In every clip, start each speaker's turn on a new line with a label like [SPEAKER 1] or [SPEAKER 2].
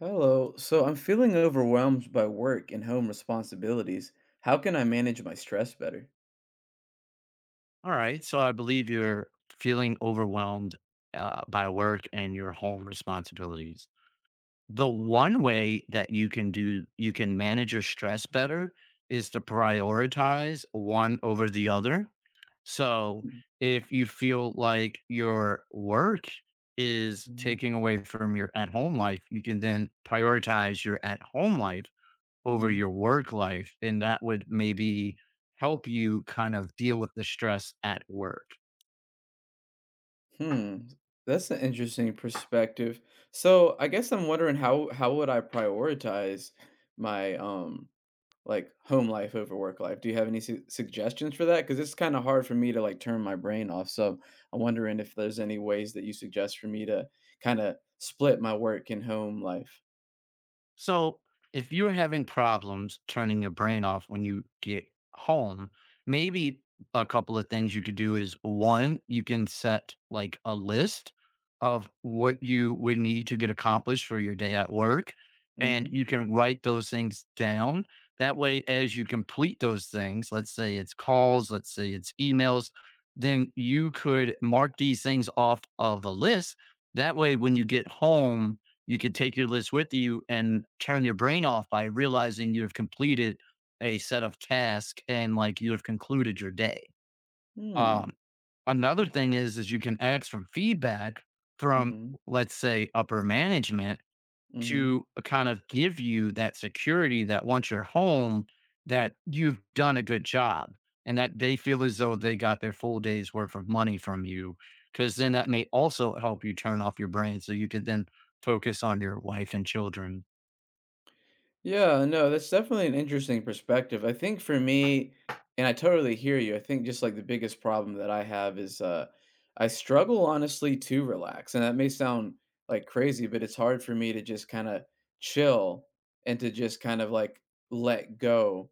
[SPEAKER 1] Hello. So I'm feeling overwhelmed by work and home responsibilities. How can I manage my stress better?
[SPEAKER 2] All right. So I believe you're feeling overwhelmed by work and your home responsibilities. The one way that you can do, you can manage your stress better is to prioritize one over the other. So if you feel like your work is
[SPEAKER 1] Hmm.
[SPEAKER 2] taking away from your at home life, you can then prioritize your at home life over
[SPEAKER 1] Hmm.
[SPEAKER 2] your work life. And that would maybe help you kind of deal with the stress at work.
[SPEAKER 1] Hmm. That's an interesting perspective. So I guess I'm wondering how would I prioritize my like home life over work life? Do you have any suggestions for that? Because it's kind of hard for me to like turn my brain off. So I'm wondering if there's any ways that you suggest for me to kind of split my work and home life.
[SPEAKER 2] So, if you're having problems turning your brain off when you get home, maybe a couple of things you could do is, one, you can set like a list of what you would need to get accomplished for your day at work. And
[SPEAKER 1] Mm-hmm.
[SPEAKER 2] you can write those things down. That way, as you complete those things, let's say it's calls, let's say it's emails, then you could mark these things off of a list. That way, when you get home, you could take your list with you and turn your brain off by realizing you have completed a set of tasks and like you have concluded your day.
[SPEAKER 1] Hmm.
[SPEAKER 2] Um, Another thing is you can ask for feedback from,
[SPEAKER 1] Mm-hmm.
[SPEAKER 2] let's say, upper management
[SPEAKER 1] Mhm.
[SPEAKER 2] to kind of give you that security that once you're home, that you've done a good job and that they feel as though they got their full day's worth of money from you. Cause then that may also help you turn off your brain so you can then focus on your wife and children.
[SPEAKER 1] Yeah, no, that's definitely an interesting perspective. I think for me, and I totally hear you, I think just like the biggest problem that I have is I struggle honestly to relax. And that may sound like crazy, but it's hard for me to just kind of chill and to just kind of like let go.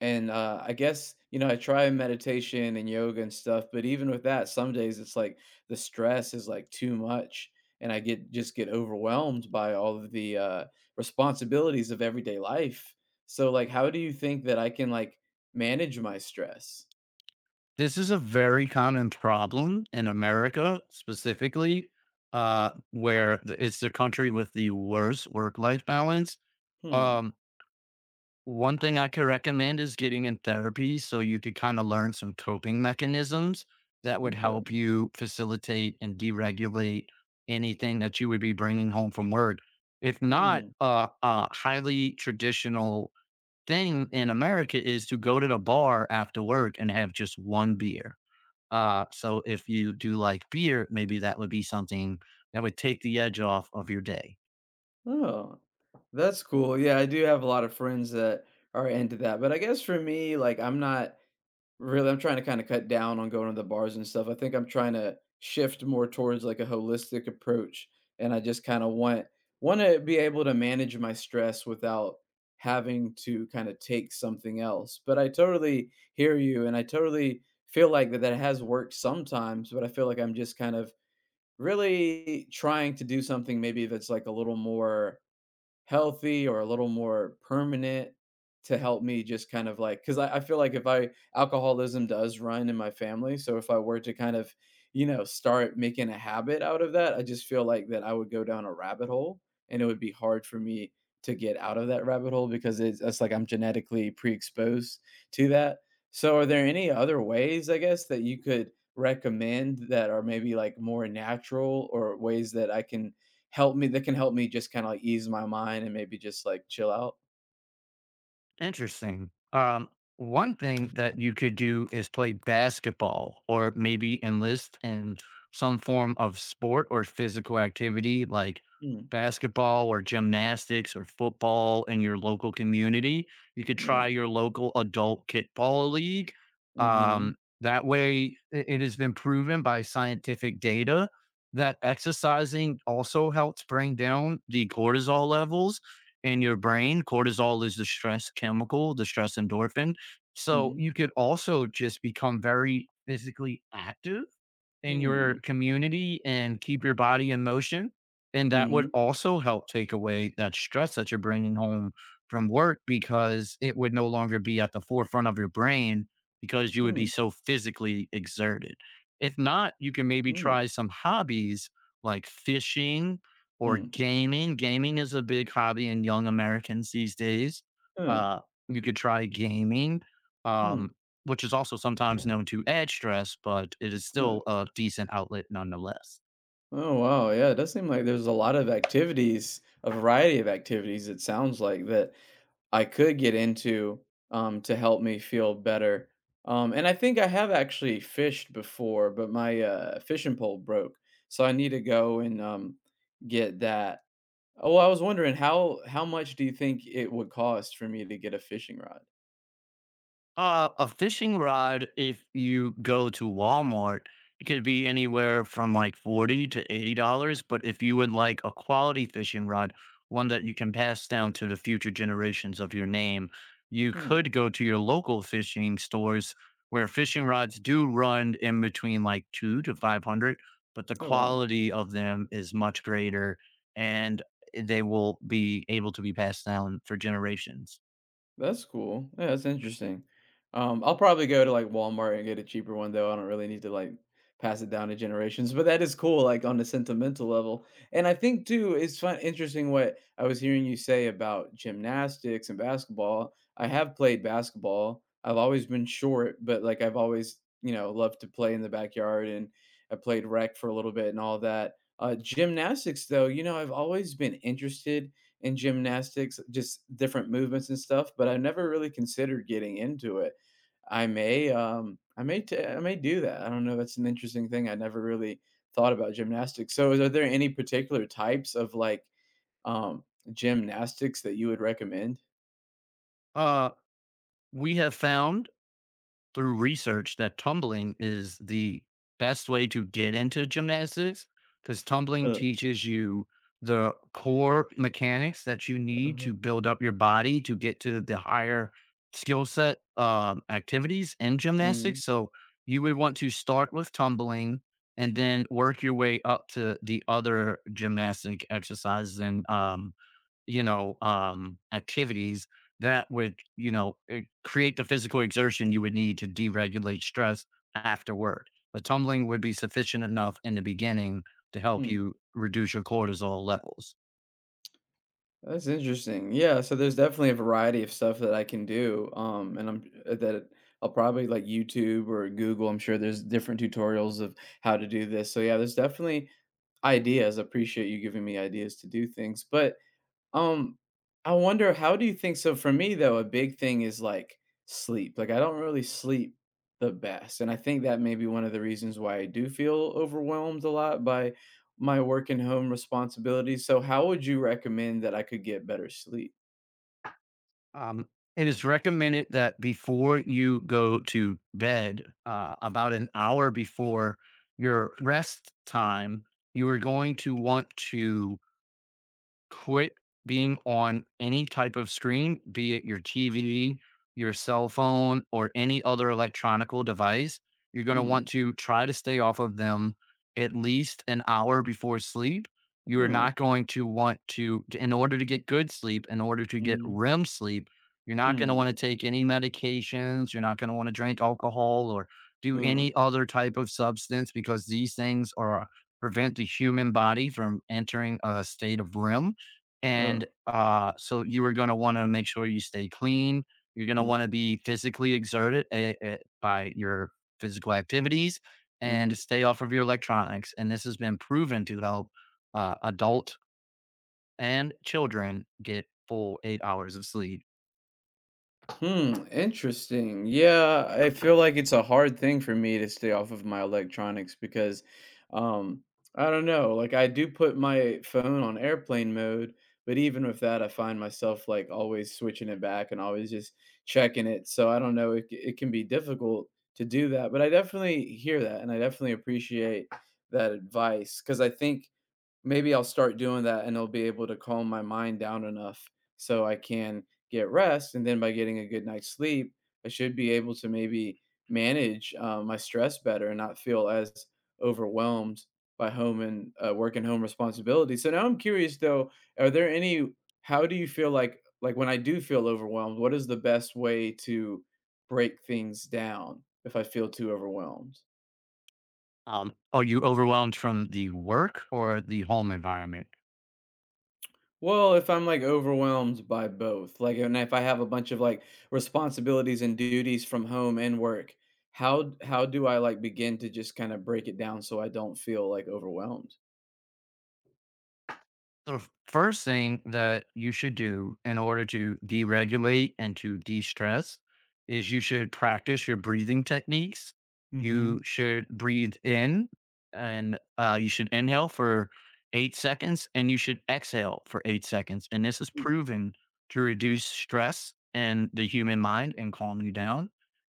[SPEAKER 1] And, I guess, I try meditation and yoga and stuff, but even with that, some days it's like the stress is like too much and I get just get overwhelmed by all of the, responsibilities of everyday life. So, like, how do you think that I can like manage my stress?
[SPEAKER 2] This is a very common problem in America specifically, it's the country with the worst work life balance.
[SPEAKER 1] Hmm.
[SPEAKER 2] Um, One thing I could recommend is getting in therapy so you could kind of learn some coping mechanisms that would
[SPEAKER 1] Okay.
[SPEAKER 2] help you facilitate and deregulate anything that you would be bringing home from work. If not,
[SPEAKER 1] Hmm.
[SPEAKER 2] a highly traditional thing in America is to go to the bar after work and have just one beer. So if you do like beer, maybe that would be something that would take the edge off of your day.
[SPEAKER 1] Oh, that's cool. Yeah, I do have a lot of friends that are into that. But I guess for me, like, I'm not really. I'm trying to kinda cut down on going to the bars and stuff. I think I'm trying to shift more towards, like, a holistic approach, and I just kinda want wanna be able to manage my stress without having to kinda take something else. But I totally hear you, and I totally feel like that that has worked sometimes, but I feel like I'm just kind of really trying to do something maybe that's, like, a little more healthy or a little more permanent to help me just kind of like, because I feel like if I alcoholism does run in my family, so if I were to kind of start making a habit out of that, I just feel like that I would go down a rabbit hole, and it would be hard for me to get out of that rabbit hole because it's like I'm genetically pre-exposed to that. So are there any other ways, I guess, that you could recommend that are maybe like more natural, or ways that can help me just kinda, like, ease my mind and maybe just, like, chill out?
[SPEAKER 2] Interesting. One thing that you could do is play basketball or maybe enlist in some form of sport or physical activity like
[SPEAKER 1] Mm.
[SPEAKER 2] basketball or gymnastics or football in your local community. You could
[SPEAKER 1] Mm.
[SPEAKER 2] try your local adult kickball league.
[SPEAKER 1] Mhm.
[SPEAKER 2] That way, it has been proven by scientific data that exercising also helps bring down the cortisol levels in your brain. Cortisol is the stress chemical, the stress endorphin. So
[SPEAKER 1] Mhm.
[SPEAKER 2] you could also just become very physically active in your
[SPEAKER 1] Hmm.
[SPEAKER 2] community and keep your body in motion. And that would
[SPEAKER 1] Mhm.
[SPEAKER 2] also help take away that stress that you're bringing home from work because it would no longer be at the forefront of your brain because you would be
[SPEAKER 1] Hmm.
[SPEAKER 2] so physically exerted. If not, you can maybe
[SPEAKER 1] Mm.
[SPEAKER 2] try some hobbies like fishing or
[SPEAKER 1] Mm.
[SPEAKER 2] gaming. Gaming is a big hobby in young Americans these days.
[SPEAKER 1] uh,
[SPEAKER 2] Uh, you could try gaming.
[SPEAKER 1] hmm.
[SPEAKER 2] Um, which is also sometimes known to add stress, but it is
[SPEAKER 1] uh.
[SPEAKER 2] still a decent outlet nonetheless.
[SPEAKER 1] Oh, wow, yeah, it does seem like there's a lot of activities, a variety of activities, it sounds like, that I could get into, to help me feel better. And I think I have actually fished before, but my, fishing pole broke, so I need to go and, get that. Oh, well, I was wondering how much do you think it would cost for me to get a fishing rod?
[SPEAKER 2] A fishing rod, if you go to Walmart, it could be anywhere from like 40 to $80. But if you would like a quality fishing rod, one that you can pass down to the future generations of your name, you
[SPEAKER 1] Hmm.
[SPEAKER 2] could go to your local fishing stores where fishing rods do run in between like two to 500, but the
[SPEAKER 1] Oh, wow.
[SPEAKER 2] quality of them is much greater and they will be able to be passed down for generations.
[SPEAKER 1] That's cool. Yeah, that's interesting. I'll probably go to like Walmart and get a cheaper one though. I don't really need to like pass it down to generations, but that is cool, like on the sentimental level. And I think too, it's fun, interesting what I was hearing you say about gymnastics and basketball. I have played basketball. I've always been short, but like I've always, loved to play in the backyard, and I played rec for a little bit and all that. Gymnastics though, I've always been interested in gymnastics, just different movements and stuff, but I never really considered getting into it. I may do that. I don't know. That's an interesting thing. I never really thought about gymnastics. So, are there any particular types of like um, gymnastics that you would recommend?
[SPEAKER 2] Uh, we have found through research that tumbling is the best way to get into gymnastics because tumbling
[SPEAKER 1] Uh,
[SPEAKER 2] teaches you the core mechanics that you need
[SPEAKER 1] uh-huh.
[SPEAKER 2] to build up your body to get to the higher skill set activities in
[SPEAKER 1] Mhm.
[SPEAKER 2] gymnastics. So you would want to start with tumbling and then work your way up to the other gymnastic exercises and, activities that would, you know, create the physical exertion you would need to deregulate stress afterward. But tumbling would be sufficient enough in the beginning to help
[SPEAKER 1] Hmm.
[SPEAKER 2] you reduce your cortisol levels.
[SPEAKER 1] That's interesting. Yeah, so there's definitely a variety of stuff that I can do, and I'm that I'll probably like YouTube or Google. I'm sure there's different tutorials of how to do this. So yeah, there's definitely ideas. I appreciate you giving me ideas to do things, but um, I wonder, how do you think so for me though, a big thing is like sleep. Like I don't really sleep the best. And I think that may be one of the reasons why I do feel overwhelmed a lot by my work and home responsibilities. So how would you recommend that I could get better sleep?
[SPEAKER 2] Um, it is recommended that before you go to bed, about an hour before your rest time, you are going to want to quit being on any type of screen, be it your TV, your cell phone, or any other electronical device. You're going to
[SPEAKER 1] Hmm.
[SPEAKER 2] want to try to stay off of them at least an hour before sleep. You are
[SPEAKER 1] Hmm.
[SPEAKER 2] not going to want to, in order to get good sleep, in order to get
[SPEAKER 1] Mm.
[SPEAKER 2] REM sleep, you're not going to
[SPEAKER 1] Hmm.
[SPEAKER 2] want to take any medications. You're not going to want to drink alcohol or do
[SPEAKER 1] Hmm.
[SPEAKER 2] any other type of substance because these things are prevent the human body from entering a state of REM
[SPEAKER 1] Uh.
[SPEAKER 2] and, so you are gonna wanna make sure you stay clean. You're gonna
[SPEAKER 1] Mm.
[SPEAKER 2] wanna be physically exerted by your physical activities
[SPEAKER 1] Mhm.
[SPEAKER 2] and stay off of your electronics. And this has been proven to help, adult and children get full 8 hours of sleep.
[SPEAKER 1] Hmm, interesting. Yeah, I feel like it's a hard thing for me to stay off of my electronics, because um I don't know, like I do put my phone on airplane mode, but even with that I find myself like always switching it back and always just checking it. So I don't know, it can be difficult to do that, but I definitely hear that, and I definitely appreciate that advice because I think maybe I'll start doing that, and I will be able to calm my mind down enough so I can get rest, and then by getting a good night's sleep, I should be able to maybe manage, my stress better and not feel as overwhelmed by home and, work and home responsibilities. So now I'm curious though, are there any how do you feel, like when I do feel overwhelmed, what is the best way to break things down if I feel too overwhelmed?
[SPEAKER 2] Are you overwhelmed from the work or the home environment?
[SPEAKER 1] Well, if I'm, like, overwhelmed by both, like, and if I have a bunch of, like, responsibilities and duties from home and work, how do I, like, begin to just kinda break it down so I don't feel, like, overwhelmed?
[SPEAKER 2] The first thing that you should do in order to deregulate and to de stress is you should practice your breathing techniques.
[SPEAKER 1] Mhm.
[SPEAKER 2] You should breathe in and, you should inhale for 8 seconds and you should exhale for 8 seconds. And this is
[SPEAKER 1] Mm.
[SPEAKER 2] proven to reduce stress in the human mind and calm you down.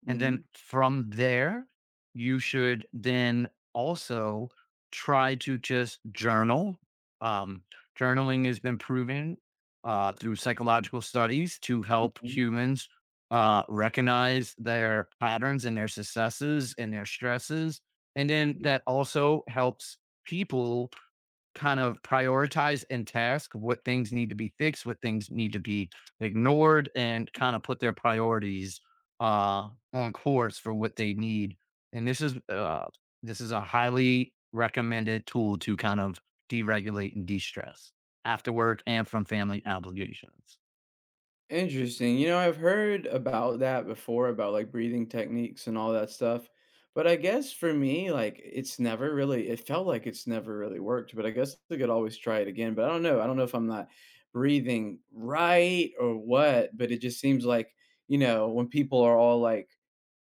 [SPEAKER 2] And
[SPEAKER 1] Mhm.
[SPEAKER 2] then from there, you should then also try to just journal. Um, Journaling has been proven, through psychological studies, to help
[SPEAKER 1] Mhm.
[SPEAKER 2] humans recognize their patterns and their successes and their stresses. And then that also helps people kind of prioritize and task what things need to be fixed, what things need to be ignored, and kind of put their priorities on course for what they need. And this is a highly recommended tool to kind of deregulate and de-stress after work and from family obligations.
[SPEAKER 1] Interesting. You know, I've heard about that before, about like breathing techniques and all that stuff. But I guess for me, like it's never really, it felt like it's never really worked, but I guess I could always try it again. But I don't know. I don't know if I'm not breathing right or what, but it just seems like, when people are all like,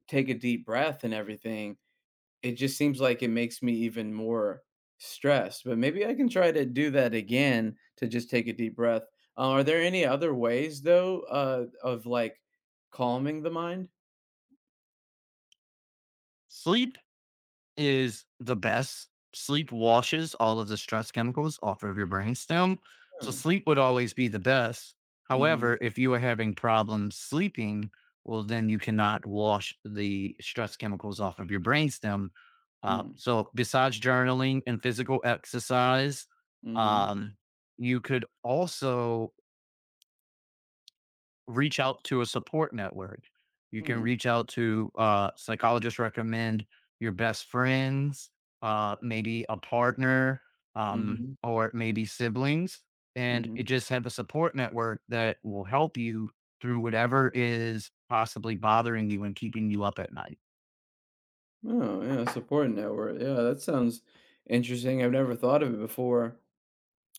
[SPEAKER 1] take a deep breath and everything, it just seems like it makes me even more stressed. But maybe I can try to do that again to just take a deep breath. Are there any other ways though, of like calming the mind?
[SPEAKER 2] Sleep is the best. Sleep washes all of the stress chemicals off of your brainstem. So
[SPEAKER 1] Oh.
[SPEAKER 2] sleep would always be the best.
[SPEAKER 1] Mm-hmm.
[SPEAKER 2] However, if you are having problems sleeping, well, then you cannot wash the stress chemicals off of your brainstem.
[SPEAKER 1] Mm.
[SPEAKER 2] So besides journaling and physical exercise,
[SPEAKER 1] Mm.
[SPEAKER 2] um, you could also reach out to a support network. You can
[SPEAKER 1] Mm.
[SPEAKER 2] reach out to, psychologists recommend, your best friends, maybe a partner,
[SPEAKER 1] Mm-hmm.
[SPEAKER 2] or maybe siblings, and
[SPEAKER 1] Mm-hmm.
[SPEAKER 2] it just have a support network that will help you through whatever is possibly bothering you and keeping you up at night.
[SPEAKER 1] Oh, yeah, support network. Yeah, that sounds interesting. I've never thought of it before.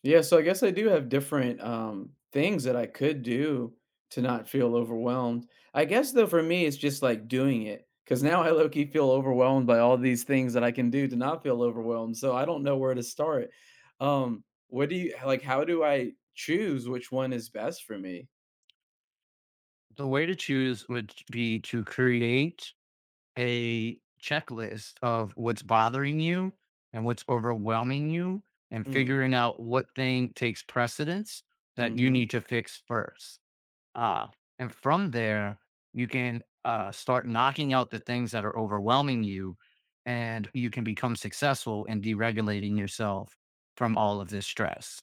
[SPEAKER 1] Yeah, so I guess I do have different, things that I could do to not feel overwhelmed. I guess though for me, it's just like doing it, because now I low key feel overwhelmed by all these things that I can do to not feel overwhelmed. So I don't know where to start. Um, what do you like? How do I choose which one is best for me?
[SPEAKER 2] The way to choose would be to create a checklist of what's bothering you and what's overwhelming you and
[SPEAKER 1] Mm.
[SPEAKER 2] figuring out what thing takes precedence
[SPEAKER 1] Hmm.
[SPEAKER 2] that you
[SPEAKER 1] Mm-hmm.
[SPEAKER 2] need to fix first. Uh, and from there, you can, start knocking out the things that are overwhelming you and you can become successful in deregulating yourself from all of this stress.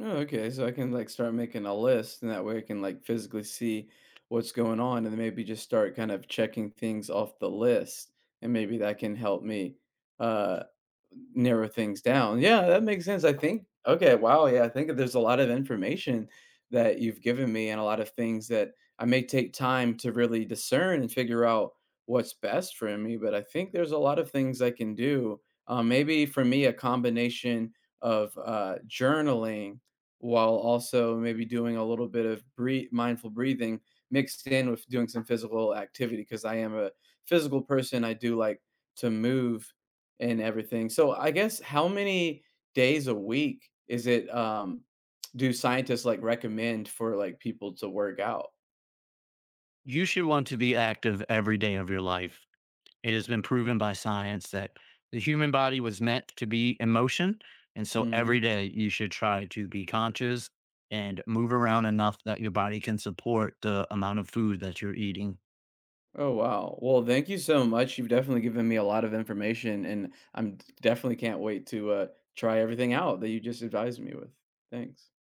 [SPEAKER 1] Oh, okay. So I can like start making a list, and that way I can like physically see what's going on, and then maybe just start kind of checking things off the list, and maybe that can help me, uh, narrow things down. Yeah, that makes sense, I think. Okay. Wow. Yeah, I think that there's a lot of information that you've given me, and a lot of things that I may take time to really discern and figure out what's best for me. But I think there's a lot of things I can do. Maybe for me, a combination of, journaling while also maybe doing a little bit of mindful breathing mixed in with doing some physical activity, because I am a physical person. I do like to move and everything. So I guess how many days a week is it do scientists like recommend for like people to work out?
[SPEAKER 2] You should want to be active every day of your life. It has been proven by science that the human body was meant to be in motion. And so every
[SPEAKER 1] Mhm.
[SPEAKER 2] day you should try to be conscious and move around enough that your body can support the amount of food that you're eating.
[SPEAKER 1] Oh wow. Well, thank you so much. You've definitely given me a lot of information, and I'm definitely can't wait to try everything out that you just advised me with. Thanks.